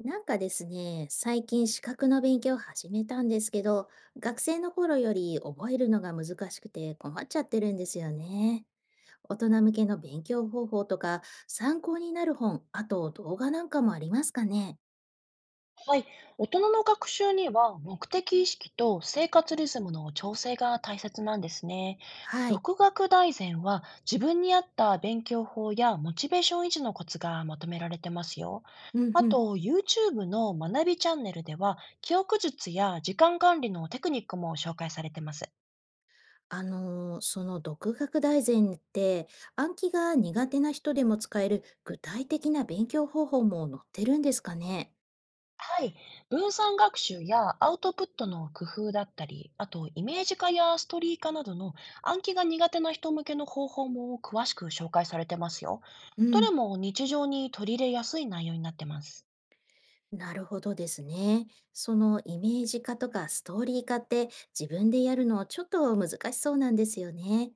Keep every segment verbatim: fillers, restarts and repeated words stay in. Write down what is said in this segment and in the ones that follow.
なんかですね、最近資格の勉強を始めたんですけど、学生の頃より覚えるのが難しくて困っちゃってるんですよね。大人向けの勉強方法とか、参考になる本、あと動画なんかもありますかね？はい。大人の学習には目的意識と生活リズムの調整が大切なんですね。はい。独学大全は自分に合った勉強法やモチベーション維持のコツがまとめられてますよ。うんあうん。と、YouTube の学びチャンネルでは記憶術や時間管理のテクニックも紹介されてます。あのーその独学大全って、暗記が苦手な人でも使える具体的な勉強方法も載ってるんですかね？はい。分散学習やアウトプットの工夫だったり、あとイメージ化やストーリー化などの暗記が苦手な人向けの方法も詳しく紹介されてますよ。うどん。れも日常に取り入れやすい内容になってます。なるほどですね。そのイメージ化とかストーリー化って自分でやるのちょっと難しそうなんですよね。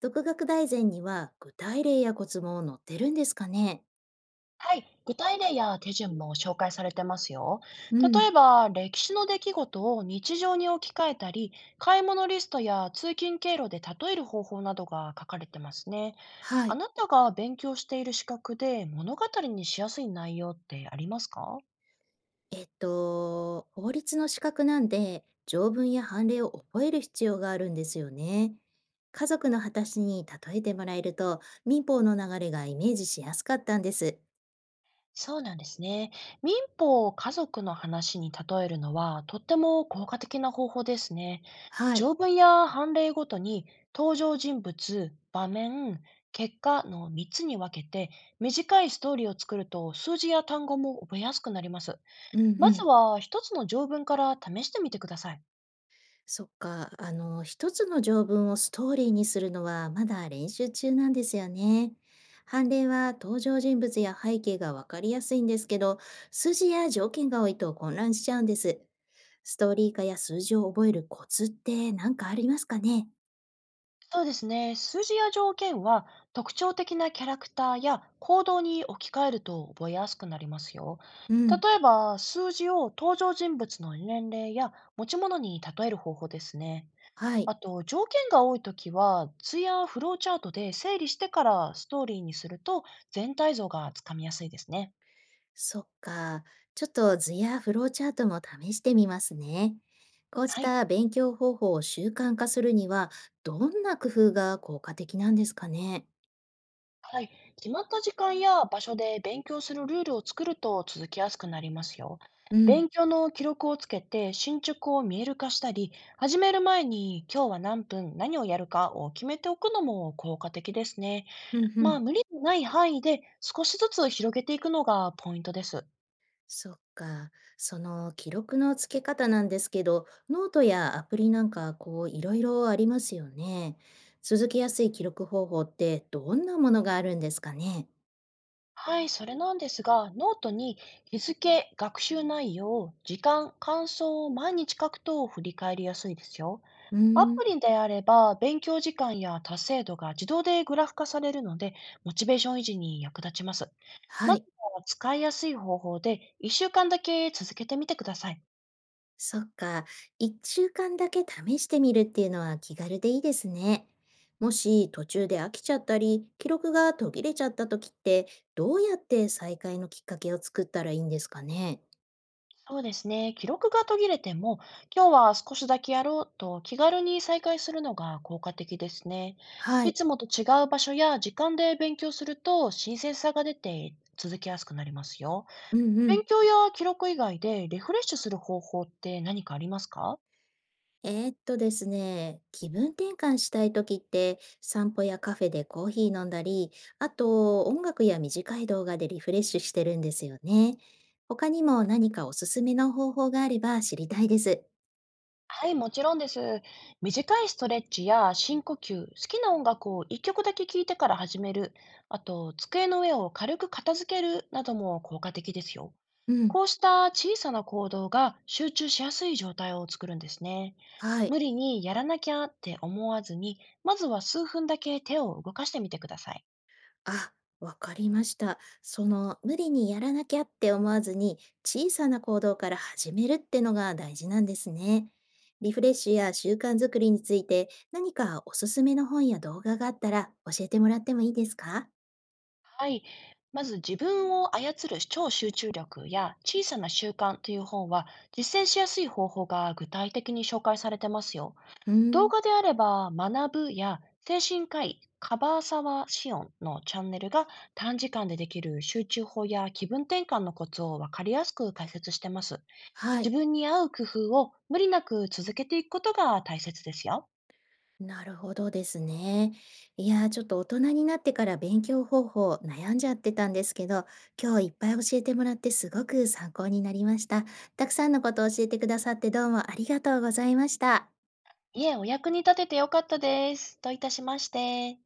独学大全には具体例やコツも載ってるんですかね？はい。具体例や手順も紹介されてますよ。う例ん、えば、歴史の出来事を日常に置き換えたり、買い物リストや通勤経路で例える方法などが書かれてますね。はあい。なたが勉強している資格で物語にしやすい内容ってありますか？えっと、法律の資格なんで条文や判例を覚える必要があるんですよね。家族の話に例えてもらえると民法の流れがイメージしやすかったんです。そうなんですね。民法を家族の話に例えるのはとっても効果的な方法ですね。はい。条文や判例ごとに登場人物、場面、結果のみっつに分けて、短いストーリーを作ると数字や単語も覚えやすくなります。うんまうずん。はひとつの条文から試してみてください。そっか、あの、一つの条文をストーリーにするのはまだ練習中なんですよね。判例は登場人物や背景がわかりやすいんですけど、数字や条件が多いと混乱しちゃうんです。ストーリー化や数字を覚えるコツって何かありますかね？そうですね。数字や条件は、特徴的なキャラクターや行動に置き換えると覚えやすくなりますよ。う例ん、えば、数字を登場人物の年齢や持ち物に例える方法ですね。はい。あと、条件が多いときは、図やフローチャートで整理してからストーリーにすると、全体像がつかみやすいですね。そっか。ちょっと図やフローチャートも試してみますね。こうしはい。た勉強方法を習慣化するには、どんな工夫が効果的なんですかね？はい。決まった時間や場所で勉強するルールを作ると続きやすくなりますよ。うん。勉強の記録をつけて進捗を見える化したり、始める前に今日は何分何をやるかを決めておくのも効果的ですね。うんうまん。あ、無理のない範囲で少しずつ広げていくのがポイントです。そっか。その記録のつけ方なんですけど、ノートやアプリなんかこういろいろありますよね。続けやすい記録方法ってどんなものがあるんですかね。はい、それなんですが、ノートに日付、学習内容、時間、感想を毎日書くと振り返りやすいですよ。うーアん。プリであれば、勉強時間や達成度が自動でグラフ化されるので、モチベーション維持に役立ちます。はまずい。は使いやすい方法で、いっしゅうかんだけ続けてみてください。そっか。いっしゅうかんだけ試してみるっていうのは気軽でいいですね。もし途中で飽きちゃったり、記録が途切れちゃった時って、どうやって再開のきっかけを作ったらいいんですかね。そうですね。記録が途切れても、今日は少しだけやろうと気軽に再開するのが効果的ですね。はいい。つもと違う場所や時間で勉強すると新鮮さが出て続きやすくなりますよ。うんう勉ん。強や記録以外でリフレッシュする方法って何かありますか？えーっとですね、気分転換したい時って散歩やカフェでコーヒー飲んだり、あと音楽や短い動画でリフレッシュしてるんですよね。他にも何かおすすめの方法があれば知りたいです。はい、もちろんです。短いストレッチや深呼吸、好きな音楽を一曲だけ聴いてから始める、あと机の上を軽く片付けるなども効果的ですよ。うん。こうした小さな行動が集中しやすい状態を作るんですね。はい。無理にやらなきゃって思わずに、まずは数分だけ手を動かしてみてください。あ、わかりました。その、無理にやらなきゃって思わずに、小さな行動から始めるってのが大事なんですね。リフレッシュや習慣づくりについて、何かおすすめの本や動画があったら教えてもらってもいいですか？はい。まず、自分を操る超集中力や小さな習慣という本は、実践しやすい方法が具体的に紹介されてますよ。うー動ん、画であれば、学ぶや精神科医、カバーサワーシオンのチャンネルが短時間でできる集中法や気分転換のコツをわかりやすく解説してます。はい。自分に合う工夫を無理なく続けていくことが大切ですよ。なるほどですね。いやー、ちょっと大人になってから勉強方法悩んじゃってたんですけど、今日いっぱい教えてもらってすごく参考になりました。たくさんのことを教えてくださってどうもありがとうございました。いえ、お役に立ててよかったです。どういたしまして。